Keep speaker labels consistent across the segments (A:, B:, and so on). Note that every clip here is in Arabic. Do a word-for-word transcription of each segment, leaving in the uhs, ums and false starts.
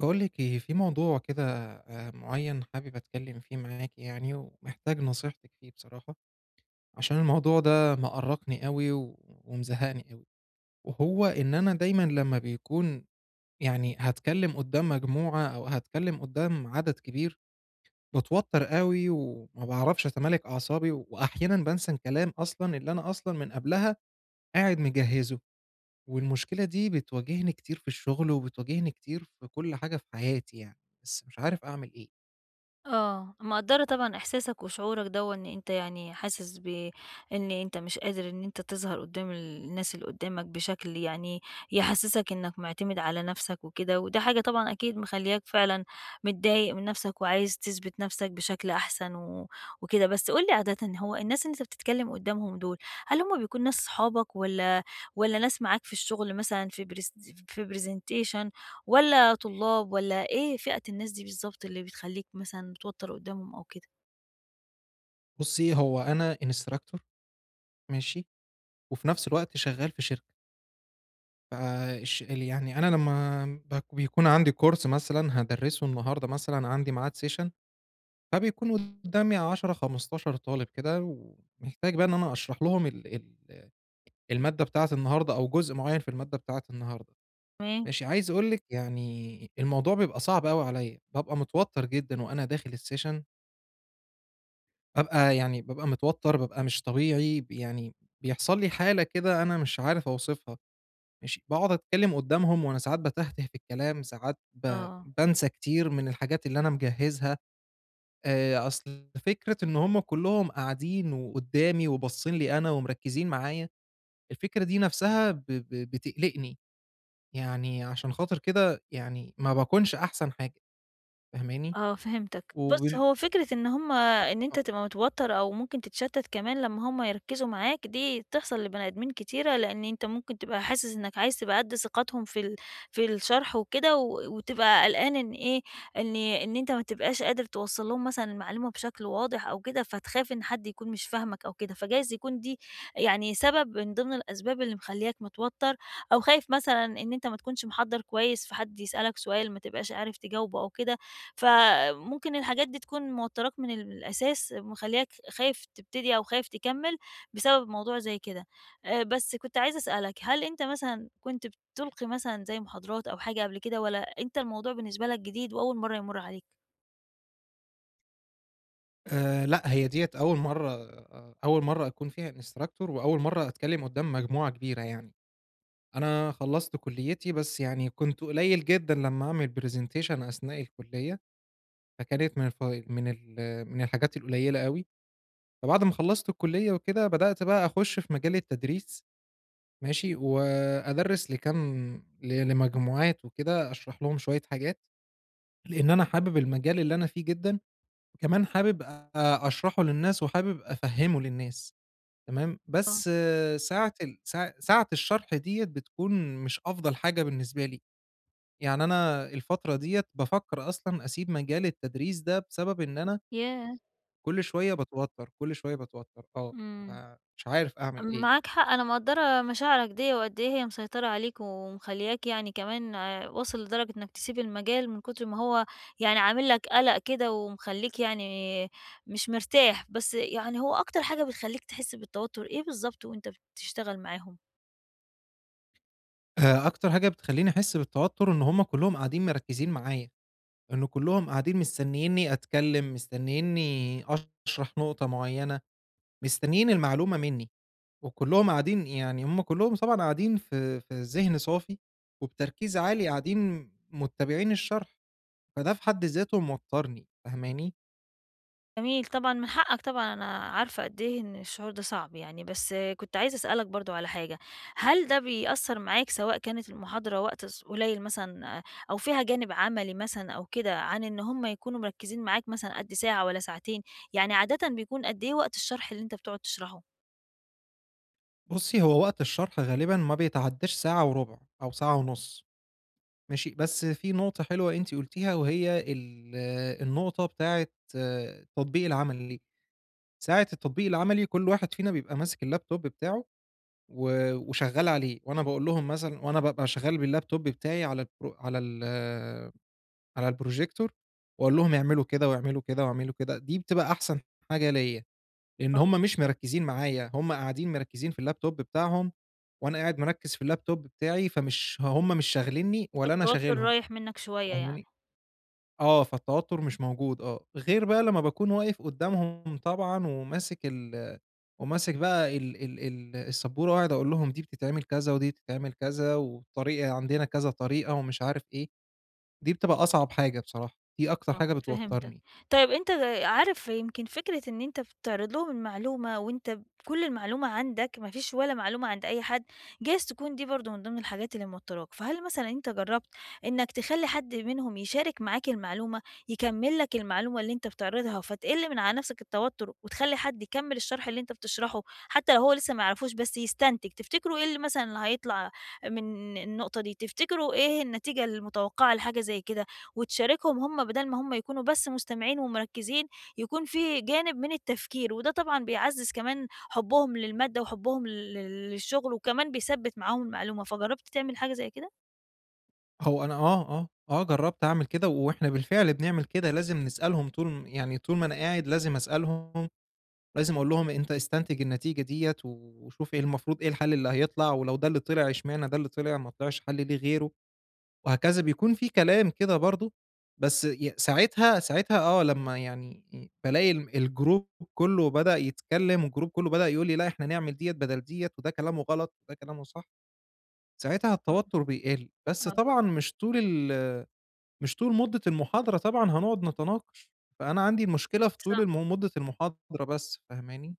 A: باقول لِك إيه، في موضوع كده آآ معيّن حابب أتكلّم فيه معاكِ يعني ومحتاج نصيحتِك فيه بصراحة، عشان الموضوع ده مأرّقني أوي و ومزهّقني أوي، وهو إن أنا دايمًا لمّا بيكون يعني هاتكلّم قُدّام مجموعة أو هاتكلّم قُدّام عدد كبير، باتوتّر أوي وما باعرفش أتمالك أعصابي وأحيانًا بانسى الكلام أصلًا اللي أنا أصلًا من قبلها قاعد مجهّزه، والمشكلة دي بتواجهني كتير في الشغل وبتواجهني كتير في كل حاجة في حياتي يعني، بس مش عارف أعمل إيه.
B: آه، مقدّرة طبعًا إحساسك وشعورك دوّة إن أنت يعني حاسس ب إن أنت مش قادر إن أنت تظهر قدّام الناس اللي قدّامك بشكل يعني يحسّسك إنّك معتمد على نَفْسك وكده، وده حاجة طبعًا أكيد مخلّياك فعلًا متضايق من نَفْسك وعايز تثبت نَفْسك بشكل أحسن و وكده. بس قُل لي عادةً، هو الناس اللي أنت بتتكلّم قدّامهم دول، هل هم بيكونوا ناس صحابك والّا والّا ناس معاك في الشغل مثلًا، في برز في presentation، والّا طلاب، والّا إيه فئة الناس دي بالضبط اللي بتخلّيك مثلًا متوتّر قدّامهم أو كده؟
A: بُصّي، هو أنا instructor ماشي، وفي نفس الوقت شغّال في شركة، فالش ال يعني أنا لمّا باك بيكون عندي course مثلًا هادرّسه النهارده مثلًا عندي ميعاد session، فبيكون قدّامي عشرة، خمستاشر طالب كده، ومحتاج بقى إن أنا أشرح لهم ال ال المادة بتاعة النهارده أو جزء معيّن في المادة بتاعة النهارده،
B: تمام.
A: ماشي، عايز أقول لِك يعني الموضوع بيبقى صعب أوي عليّا، بابقى متوتّر جدًا وأنا داخل الsession، بابقى يعني بابقى متوتّر، بابقى مش طبيعي، ب يعني بيحصل لي حالة كده أنا مش عارف أوصفها، ماشي، باقعد أتكلّم قدّامهم وأنا ساعات باتهته في الكلام، ساعات ب
B: آه.
A: بانسى كتير من الحاجات اللي أنا مجهّزها، آآ، أصل فكرة إن هُم كلّهم قاعدين وقدّامي وباصّين لي أنا ومركّزين معايا، الفكرة دي نَفْسها ب ب بتقلقني، يعني عشان خاطر كده يعني ما باكونش أحسن حاجة، فاهماني؟
B: آه فهمتك. بُص،
A: وبن
B: هو فكرة إن هُم إن أنت تبقى متوتّر أو ممكن تتشتّت كمان لمّا هُم يركّزوا معاك دي بتحصل لبني آدمين كتيرة، لإن أنت ممكن تبقى حاسس إنّك عايز تبقى قد ثقتهم في ال في الشرح وكده، و وتبقى قلقان إن إيه، إن إن أنت ما تبقاش قادر توصّل لهم مثلًا المعلومة بشكل واضح أو كده، فتخاف إن حد يكون مش فاهمك أو كده، فجايز يكون دي يعني سبب من ضمن الأسباب اللي مخلّياك متوتّر، أو خايف مثلًا إن أنت ما تكونش محضّر كويس فحد يسألك سؤال ما تبقاش عارف تجاوبه أو كده، فممكن الحاجات دي تكون موتّراك من الأساس، مخلّياك خايف تبتدي أو خايف تكمّل بسبب موضوع زي كده. آآ بس كنت عايزة أسألك، هل أنت مثلًا كنت بتلقي مثلًا زي محاضرات أو حاجة قبل كده، والّا أنت الموضوع بالنسبة لك جديد وأول مرّة يمُر عليك؟
A: آآ لأ، هي ديّة أول مرّة، أول مرّة أكون فيها instructor وأول مرّة أتكلّم قدّام مجموعة كبيرة يعني. أنا خلّصت كُلّيتي، بس يعني كنت قليّل جدًا لمّا أعمل presentation أثناء الكُلّية، فكانت من الف من ال من الحاجات القليّلة أوي. فبعد ما خلّصت الكُلّية وكده، بدأت بقى أخُش في مجال التدريس ماشي، وأدرِّس لكام ل لمجموعات وكده، أشرح لهم شوية حاجات، لإن أنا حابب المجال اللي أنا فيه جدًا، وكمان حابب أ أشرحه للناس وحابب أفهّمه للناس. تمام،
B: آه.
A: بس آه، ساعة ال ساع ساعة الشرح ديّة بتكون مش أفضل حاجة بالنسبة لي، يعني أنا الفترة ديّة بافكّر أصلًا أسيب مجال التدريس ده بسبب إن أنا
B: ياه!
A: كل شوية باتوتّر، كل شوية باتوتّر آه،
B: إمم.
A: فمش عارف أعمل إيه.
B: معاك حق، أنا مقدّرة مشاعرك ديّة وقد إيه هي مسيطرة عليك ومخلّياك يعني كمان آه، واصل لدرجة إنك تسيب المجال من كتر ما هو يعني عامل لك قلق كده ومخلّيك يعني مش مرتاح، بس يعني هو أكتر حاجة بتخلّيك تحس بالتوتر إيه بالضبط وأنت بتشتغل معاهم؟
A: آآ أكتر حاجة بتخلّيني أحس بالتوتّر إن هُم كلّهم قاعدين مركّزين معايا، إن كلّهم قاعدين مستنيينّي أتكلّم، مستنيينّي أشرح نقطة معيّنة. مستنيين المعلومة منّي، وكلّهم قاعدين يعني هُم كلّهم طبعًا قاعدين في في ذهن صافي وبتركيز عالي قاعدين متّابعين الشرح، فده في حد ذاته موتّرني، فاهماني؟
B: جميل طبعًا، من حقك طبعًا، أنا عارفة قد إيه إن الشعور ده صعب يعني، بس كنت عايزة أسألك برضه على حاجة. هل ده بيأثّر معاك سواء كانت المحاضرة وقت ص قليل مثلًا، آه، أو فيها جانب عملي مثلًا أو كده، عن إن هم يكونوا مركّزين معاك مثلًا قد ساعة والّا ساعتين؟ يعني عادةً بيكون قد إيه وقت الشرح اللي أنت بتقعد تشرحه؟
A: بُصّي، هو وقت الشرح غالبًا ما بيتعدّاش ساعة وربع أو ساعة ونُص ماشي، بس في نقطة حلوة أنتِ قُلتيها وهي ال النقطة بتاعة آه، التطبيق العملي، ساعة التطبيق العملي كل واحد فينا بيبقى ماسك الlaptop بتاعه و وشغّال عليه، وأنا باقول لهم مثلًا وأنا بابقى شغّال باللابتوب بتاعي على البرو على ال على الprojector، وأقول لهم اعملوا كده، واعملوا كده، واعملوا كده، دي بتبقى أحسن حاجة ليّا، لإن
B: آه.
A: هم مش مركّزين معايا، هم قاعدين مركّزين في اللابتوب بتاعهم، وأنا قاعد مركّز في اللابتوب بتاعي، فمش هم مش شاغلينّي ولا أنا
B: فالتوتر
A: شاغلهم،
B: رايح منّك شوية يعني.
A: فاهماني؟ آه، فالتوتر مش موجود آه، غير بقى لمّا باكون واقف قدّامهم طبعًا وماسك ال وماسك بقى ال ال ال السبورة وقاعد أقول لهم دي بتتعمل كذا، ودي بتتعمل كذا، والطريقة عندنا كذا طريقة ومش عارف إيه، دي بتبقى أصعب حاجة بصراحة، دي أكتر
B: آه،
A: حاجة
B: فهمتك.
A: بتوترني.
B: طيب، أنت عارف، يمكن فكرة إن أنت بتعرض لهم المعلومة وأنت ب كل المعلومة عندك، ما فيش ولا معلومة عند أي حد، جايز تكون دي برضه من ضمن الحاجات اللي موتّراك. فهل مثلًا أنت جرّبت إنك تخلّي حد منهم يشارك معاك المعلومة، يكمّل لك المعلومة اللي أنت بتعرضها، فتقِل من على نَفْسك التوتُّر وتخلّي حد يكمّل الشرح اللي أنت بتشرحه؟ حتى لو هو لسه ما يعرفوش بس يستنتج، تفتكروا إيه اللي مثلًا اللي هيطلع من النقطة دي، تفتكروا إيه النتيجة المتوقعة لحاجة زي كده؟ وتشاركهم هم بدل ما هم يكونوا بس مستمعين ومركزين، يكون في جانب من التفكير، وده طبعًا بيعزّز كمان حُبّهم للمادة وحُبّهم لل للشغل، وكمان بيثبّت معاهم المعلومة. فجرّبت تعمل حاجة زي كده؟
A: هو أنا آه، آه، آه، جرّبت أعمل كده وإحنا بالفعل بنعمل كده، لازم نسألهم طول يعني طول ما أنا قاعد لازم أسألهم، لازم أقول لهم أنت استنتج النتيجة ديّة وشوف إيه المفروض إيه الحل اللي هيطلع، ولو ده اللي طلع اشمعنى ده اللي طلع، ما طلعش حل ليه غيره، وهكذا بيكون في كلام كده برضه، بس ي ساعتها ساعتها آه، لمّا يعني بالاقي ال الجروب كله بدأ يتكلم والجروب كله بدأ يقول لي لأ إحنا نعمل ديّة بدل ديّة، وده كلامه غلط وده كلامه صح، ساعتها التوتر بيقل، بس
B: آه.
A: طبعًا مش طول ال مش طول مدة المحاضرة طبعًا هنقعد نتناقش، فأنا عندي المشكلة في طول الم مدة المحاضرة بس، فاهماني؟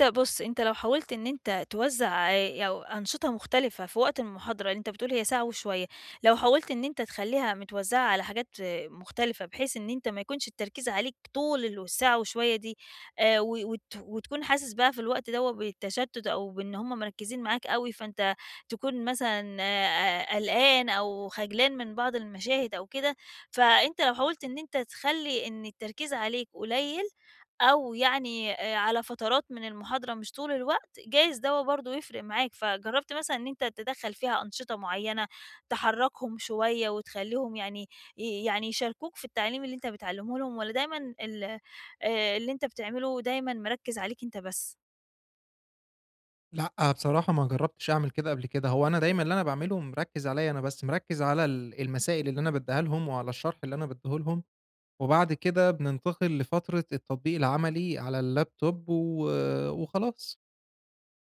B: أنت بُص، أنت لو حاولت إن أنت توزّع آآ أو أنشطة مختلفة في وقت المحاضرة، اللي أنت بتقول هي ساعة وشوية، لو حاولت إن أنت تخلّيها متوزّعة على حاجات آه، مختلفة، بحيث إن أنت ما يكونش التركيز عليك طول ال الساعة وشوية دي، آآ و وت وتكون حاسس بقى في الوقت دوّة بالتشتت أو بإن هُم مركّزين معاك أوي، فأنت تكون مثلًا آآ قلقان أو خجلان من بعض المشاهد أو كده. فأنت لو حاولت إن أنت تخلّي إن التركيز عليك قليل أو يعني آآ على فترات من المحاضرة مش طول الوقت، جايز دوّة برضه يفرق معاك. فجرّبت مثلًا إن أنت تدخّل فيها أنشطة معيّنة، تحرّكهم شوية وتخلّيهم يعني ي يعني يشاركوك في التعليم اللي أنت بتعلّمه لهم، والّا دايمًا ال آآ اللي أنت بتعمله دايمًا مركّز عليك أنت بس؟
A: لأ، بصراحة ما جرّبتش أعمل كده قبل كده، هو أنا دايمًا اللي أنا باعمله مركّز عليَّ أنا بس، مركّز على ال المسائل اللي أنا بادّيها لهم وعلى الشرح اللي أنا بادّيه لهم، وبعد كده بننتقل لفترة التطبيق العملي على اللابتوب و وخلاص.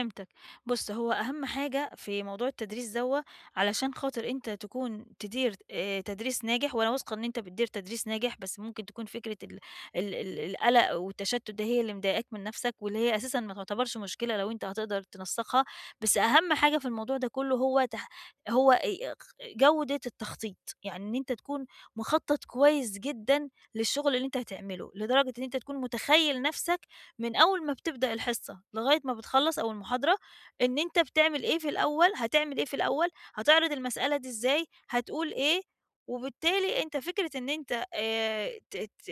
B: فهمتك. بُص، هو أهم حاجة في موضوع التدريس دوّة، علشان خاطر أنت تكون تدير آآ تدريس ناجح، وأنا واثقة إن أنت بتدير تدريس ناجح، بس ممكن تكون فكرة ال ال ال القلق والتشتُّت ده هي اللي مضايقاك من نَفْسك، واللي هي أساسًا ما تعتبرش مشكلة لو أنت هتقدر تنسّقها. بس أهم حاجة في الموضوع ده كُلّه هو تح هو آآ خ جودة التخطيط، يعني إن أنت تكون مخطّط كويس جدًا للشغل اللي أنت هتعمله، لدرجة إن أنت تكون متخيّل نَفْسك من أول ما بتبدأ الحصة لغاية ما بتخلّص أو المحاضرة، إن أنت بتعمل إيه في الأول، هتعمل إيه في الأول، هتعرض المسألة دي إزاي، هتقول إيه، وبالتالي أنت فكرة إن أنت آآ ت ت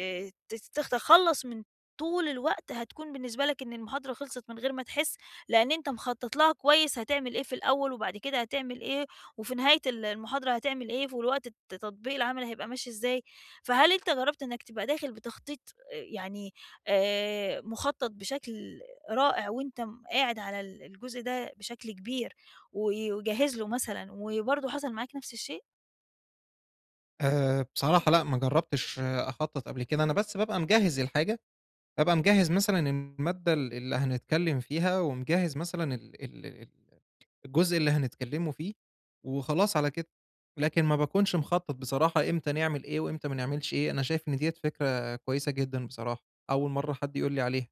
B: تت تتخلّص من طول الوقت هتكون بالنسبة لك إن المحاضرة خلصت من غير ما تحس، لأن أنت مخطط لها كويس هتعمل إيه في الأول، وبعد كده هتعمل إيه، وفي نهاية ال المحاضرة هتعمل إيه، والوقت الت تطبيق العملي هيبقى ماشي إزاي. فهل أنت جرّبت إنك تبقى داخل بتخطيط آآ يعني آآ مُخطط بشكل رائع، وأنت م قاعد على ال الجزء ده بشكل كبير، و وجاهز له مثلًا، وبرضه حصل معاك نفس الشيء؟
A: آآ، بصراحة لأ، ما جرّبتش أخطّط قبل كده، أنا بس بابقى مجهّز الحاجة، بابقى مجهّز مثلًا المادة ال اللي هنتكلّم فيها ومجهّز مثلًا ال ال ال الجزء اللي هنتكلّموا فيه وخلاص على كده، لكن ما باكونش مخطّط بصراحة إمتى نعمل إيه وإمتى ما نعملش إيه، أنا شايف إن ديّة فكرة كويسة جدًا بصراحة، أول مرّة حد يقول لي عليها.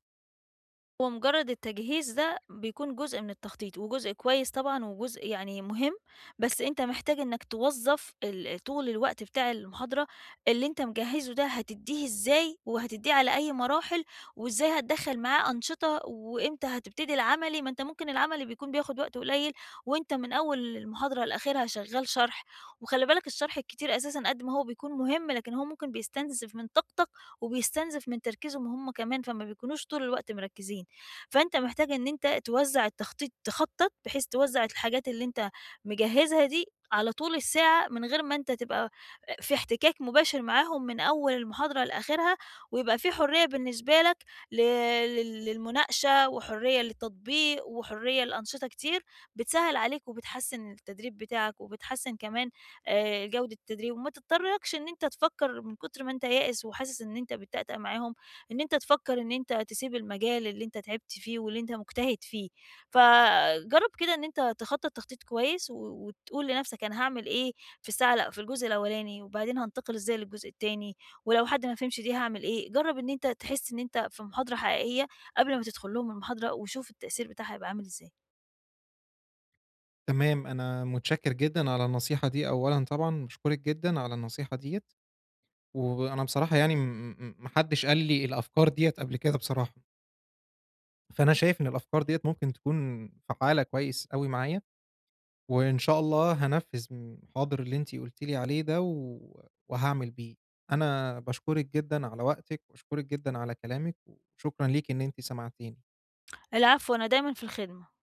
B: هو مجرد التجهيز ده بيكون جزء من التخطيط، وجزء كويس طبعًا وجزء يعني مهم، بس أنت محتاج إنك توظّف ال طول الوقت بتاع المحاضرة اللي أنت مجهّزه ده هتدّيه إزاي، وهتدّيه على أي مراحل، وإزاي هتدخّل معاه أنشطة، وإمتى هتبتدي العملي. ما أنت ممكن العملي بيكون بياخد وقت قليل، وأنت من أول المحاضرة لآخرها شغّال شرح، وخلّي بالك الشرح الكتير أساسًا قد ما هو بيكون مهم، لكن هو ممكن بيستنزف من طاقتك، وبيستنزف من تركيزهم هم كمان، فما بيكونوش طول الوقت مركّزين. فأنت محتاج إن أنت توزّع التخطيط، تخطّط بحيث توزّع الحاجات اللي أنت مجهّزها دي على طول الساعة، من غير ما أنت تبقى آآ في احتكاك مباشر معاهم من أول المحاضرة لآخرها، ويبقى في حرية بالنسبة لك ل لل للمناقشة وحرية للتطبيق وحرية لأنشطة كتير بتسهّل عليك وبتحسّن التدريب بتاعك وبتحسّن كمان آآ جودة التدريب، وما تضطركش إن أنت تفكّر من كتر ما أنت يائس وحاسس إن أنت بتتأتأ معاهم، إن أنت تفكّر إن أنت تسيب المجال اللي أنت تعبت فيه واللي أنت مجتهد فيه. فجرّب كده إن أنت تخطّط تخطيط كويس و وتقول لنَفْسك أنا هاعمل إيه في الساعة الأ في الجزء الأولاني، وبعدين هانتقل إزاي للجزء التاني، ولو حد ما فهمش دي هاعمل إيه. جرّب إن أنت تحس إن أنت في محاضرة حقيقية قبل ما تدخل لهم المحاضرة، وشوف التأثير بتاعها هيبقى عامل إزاي.
A: تمام، أنا متشكّر جدًا على النصيحة دي أولًا طبعًا، باشكرِك جدًا على النصيحة ديّة، وأنا بصراحة يعني م م ما حدّش قال لي الأفكار ديّة قبل كده بصراحة، فأنا شايف إن الأفكار ديّة ممكن تكون فعّالة كويس أوي معايا. وإن شاء الله هانفّذ م حاضر اللي أنتِ قُلتِ لي عليه ده و وهاعمل بيه. أنا باشكرِك جدًا على وقتِك وباشكرِك جدًا على كلامِك وشكرًا ليكِ إن أنتِ سمعتيني.
B: العفو، أنا دايمًا في الخدمة.